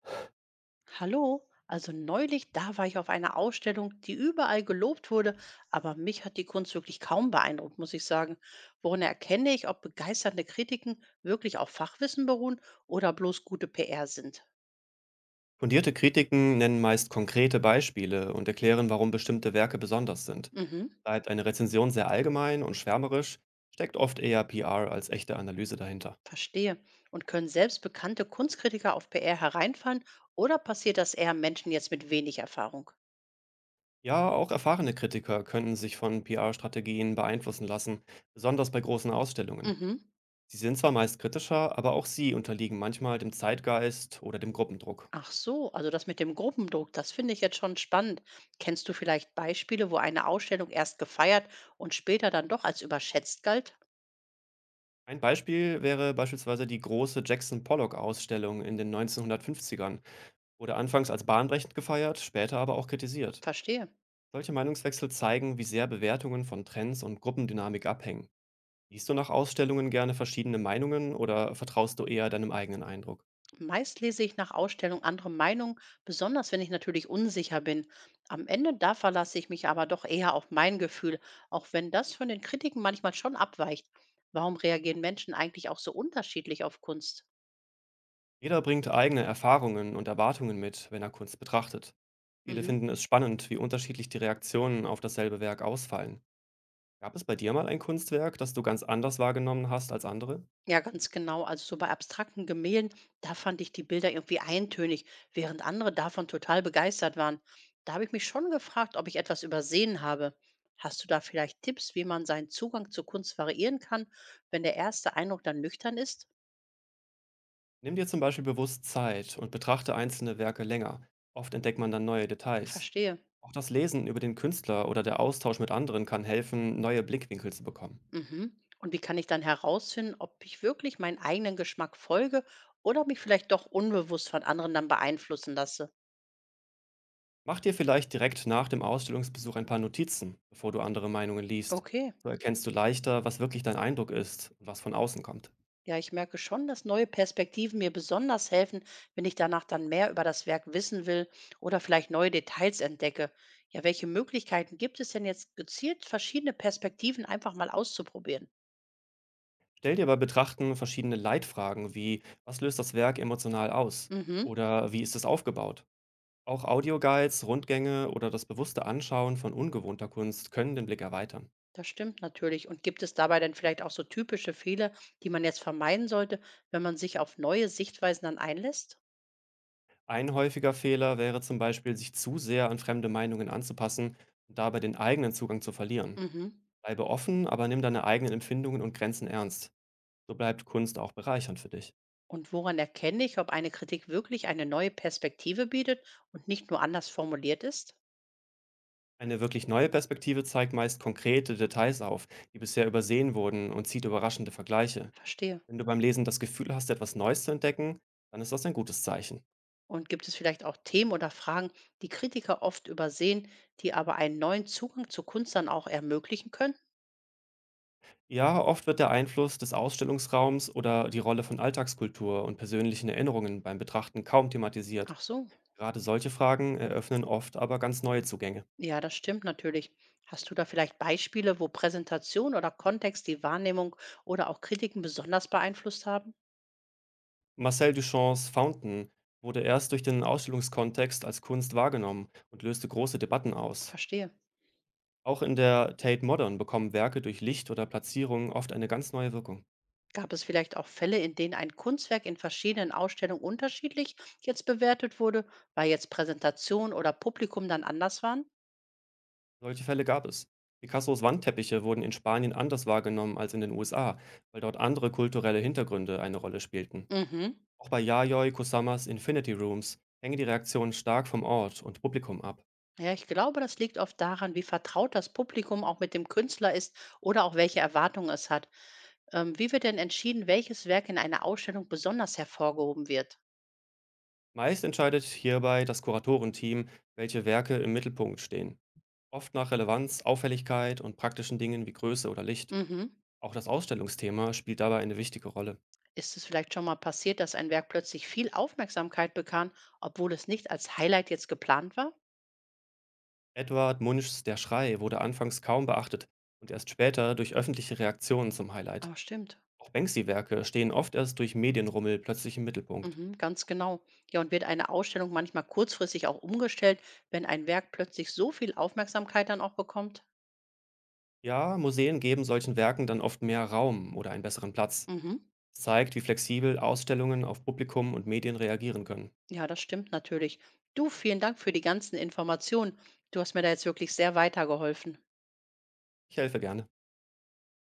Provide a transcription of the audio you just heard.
Hallo, also neulich, da war ich auf einer Ausstellung, die überall gelobt wurde, aber mich hat die Kunst wirklich kaum beeindruckt, muss ich sagen. Woran erkenne ich, ob begeisternde Kritiken wirklich auf Fachwissen beruhen oder bloß gute PR sind? Fundierte Kritiken nennen meist konkrete Beispiele und erklären, warum bestimmte Werke besonders sind. Mhm, Bleibt eine Rezension sehr allgemein und schwärmerisch, steckt oft eher PR als echte Analyse dahinter. verstehe. Und können selbst bekannte Kunstkritiker auf PR hereinfallen oder passiert das eher Menschen jetzt mit wenig Erfahrung? Ja, auch erfahrene Kritiker können sich von PR-Strategien beeinflussen lassen, besonders bei großen Ausstellungen. Mhm. Sie sind zwar meist kritischer, aber auch sie unterliegen manchmal dem Zeitgeist oder dem Gruppendruck. Ach so, also das mit dem Gruppendruck, das finde ich jetzt schon spannend. Kennst du vielleicht Beispiele, wo eine Ausstellung erst gefeiert und später dann doch als überschätzt galt? Ein Beispiel wäre beispielsweise die große Jackson Pollock-Ausstellung in den 1950ern, wurde anfangs als bahnbrechend gefeiert, später aber auch kritisiert. Verstehe. Solche Meinungswechsel zeigen, wie sehr Bewertungen von Trends und Gruppendynamik abhängen. Liest du nach Ausstellungen gerne verschiedene Meinungen oder vertraust du eher deinem eigenen Eindruck? Meist lese ich nach Ausstellung andere Meinungen, besonders wenn ich natürlich unsicher bin. Am Ende da verlasse ich mich aber doch eher auf mein Gefühl, auch wenn das von den Kritiken manchmal schon abweicht. Warum reagieren Menschen eigentlich auch so unterschiedlich auf Kunst? Jeder bringt eigene Erfahrungen und Erwartungen mit, wenn er Kunst betrachtet. Viele Mhm. finden es spannend, wie unterschiedlich die Reaktionen auf dasselbe Werk ausfallen. Gab es bei dir mal ein Kunstwerk, das du ganz anders wahrgenommen hast als andere? Ja, ganz genau. Also so bei abstrakten Gemälden, da fand ich die Bilder irgendwie eintönig, während andere davon total begeistert waren. Da habe ich mich schon gefragt, ob ich etwas übersehen habe. Hast du da vielleicht Tipps, wie man seinen Zugang zur Kunst variieren kann, wenn der erste Eindruck dann nüchtern ist? Nimm dir zum Beispiel bewusst Zeit und betrachte einzelne Werke länger. Oft entdeckt man dann neue Details. Verstehe. Auch das Lesen über den Künstler oder der Austausch mit anderen kann helfen, neue Blickwinkel zu bekommen. Mhm. Und wie kann ich dann herausfinden, ob ich wirklich meinen eigenen Geschmack folge oder mich vielleicht doch unbewusst von anderen dann beeinflussen lasse? Mach dir vielleicht direkt nach dem Ausstellungsbesuch ein paar Notizen, bevor du andere Meinungen liest. Okay. So erkennst du leichter, was wirklich dein Eindruck ist und was von außen kommt. Ja, ich merke schon, dass neue Perspektiven mir besonders helfen, wenn ich danach dann mehr über das Werk wissen will oder vielleicht neue Details entdecke. Ja, welche Möglichkeiten gibt es denn jetzt gezielt, verschiedene Perspektiven einfach mal auszuprobieren? Stell dir bei Betrachten verschiedene Leitfragen wie, was löst das Werk emotional aus? Mhm, Oder wie ist es aufgebaut? Auch Audioguides, Rundgänge oder das bewusste Anschauen von ungewohnter Kunst können den Blick erweitern. das stimmt natürlich. Und gibt es dabei dann vielleicht auch so typische Fehler, die man jetzt vermeiden sollte, wenn man sich auf neue Sichtweisen dann einlässt? Ein häufiger Fehler wäre zum Beispiel, sich zu sehr an fremde Meinungen anzupassen und dabei den eigenen Zugang zu verlieren. Mhm. Bleibe offen, aber nimm deine eigenen Empfindungen und Grenzen ernst. So bleibt Kunst auch bereichernd für dich. Und woran erkenne ich, ob eine Kritik wirklich eine neue Perspektive bietet und nicht nur anders formuliert ist? Eine wirklich neue Perspektive zeigt meist konkrete Details auf, die bisher übersehen wurden und zieht überraschende Vergleiche. Verstehe. Wenn du beim Lesen das Gefühl hast, etwas Neues zu entdecken, dann ist das ein gutes Zeichen. Und gibt es vielleicht auch Themen oder Fragen, die Kritiker oft übersehen, die aber einen neuen Zugang zur Kunst dann auch ermöglichen können? Ja, oft wird der Einfluss des Ausstellungsraums oder die Rolle von Alltagskultur und persönlichen Erinnerungen beim Betrachten kaum thematisiert. Ach so, Gerade solche Fragen eröffnen oft aber ganz neue Zugänge. ja, das stimmt natürlich. Hast du da vielleicht Beispiele, wo Präsentation oder Kontext die Wahrnehmung oder auch Kritiken besonders beeinflusst haben? Marcel Duchamps Fountain wurde erst durch den Ausstellungskontext als Kunst wahrgenommen und löste große Debatten aus. Verstehe. Auch in der Tate Modern bekommen Werke durch Licht oder Platzierung oft eine ganz neue Wirkung. Gab es vielleicht auch Fälle, in denen ein Kunstwerk in verschiedenen Ausstellungen unterschiedlich jetzt bewertet wurde, weil jetzt Präsentation oder Publikum dann anders waren? Solche Fälle gab es. Picassos Wandteppiche wurden in Spanien anders wahrgenommen als in den USA, weil dort andere kulturelle Hintergründe eine Rolle spielten. Mhm. Auch bei Yayoi Kusamas Infinity Rooms hängen die Reaktionen stark vom Ort und Publikum ab. Ja, ich glaube, das liegt oft daran, wie vertraut das Publikum auch mit dem Künstler ist oder auch welche Erwartungen es hat. Wie wird denn entschieden, welches Werk in einer Ausstellung besonders hervorgehoben wird? Meist entscheidet hierbei das Kuratorenteam, welche Werke im Mittelpunkt stehen. Oft nach Relevanz, Auffälligkeit und praktischen Dingen wie Größe oder Licht. Mhm. Auch das Ausstellungsthema spielt dabei eine wichtige Rolle. Ist es vielleicht schon mal passiert, dass ein Werk plötzlich viel Aufmerksamkeit bekam, obwohl es nicht als Highlight jetzt geplant war? Edward Munchs Der Schrei wurde anfangs kaum beachtet und erst später durch öffentliche Reaktionen zum Highlight. Ah, stimmt. Auch Banksy-Werke stehen oft erst durch Medienrummel plötzlich im Mittelpunkt. Mhm, ganz genau. Ja, und wird eine Ausstellung manchmal kurzfristig auch umgestellt, wenn ein Werk plötzlich so viel Aufmerksamkeit dann auch bekommt? Ja, Museen geben solchen Werken dann oft mehr Raum oder einen besseren Platz. Mhm. Es zeigt, wie flexibel Ausstellungen auf Publikum und Medien reagieren können. Ja, das stimmt natürlich. Du, vielen Dank für die ganzen Informationen. Du hast mir da jetzt wirklich sehr weitergeholfen. Ich helfe gerne.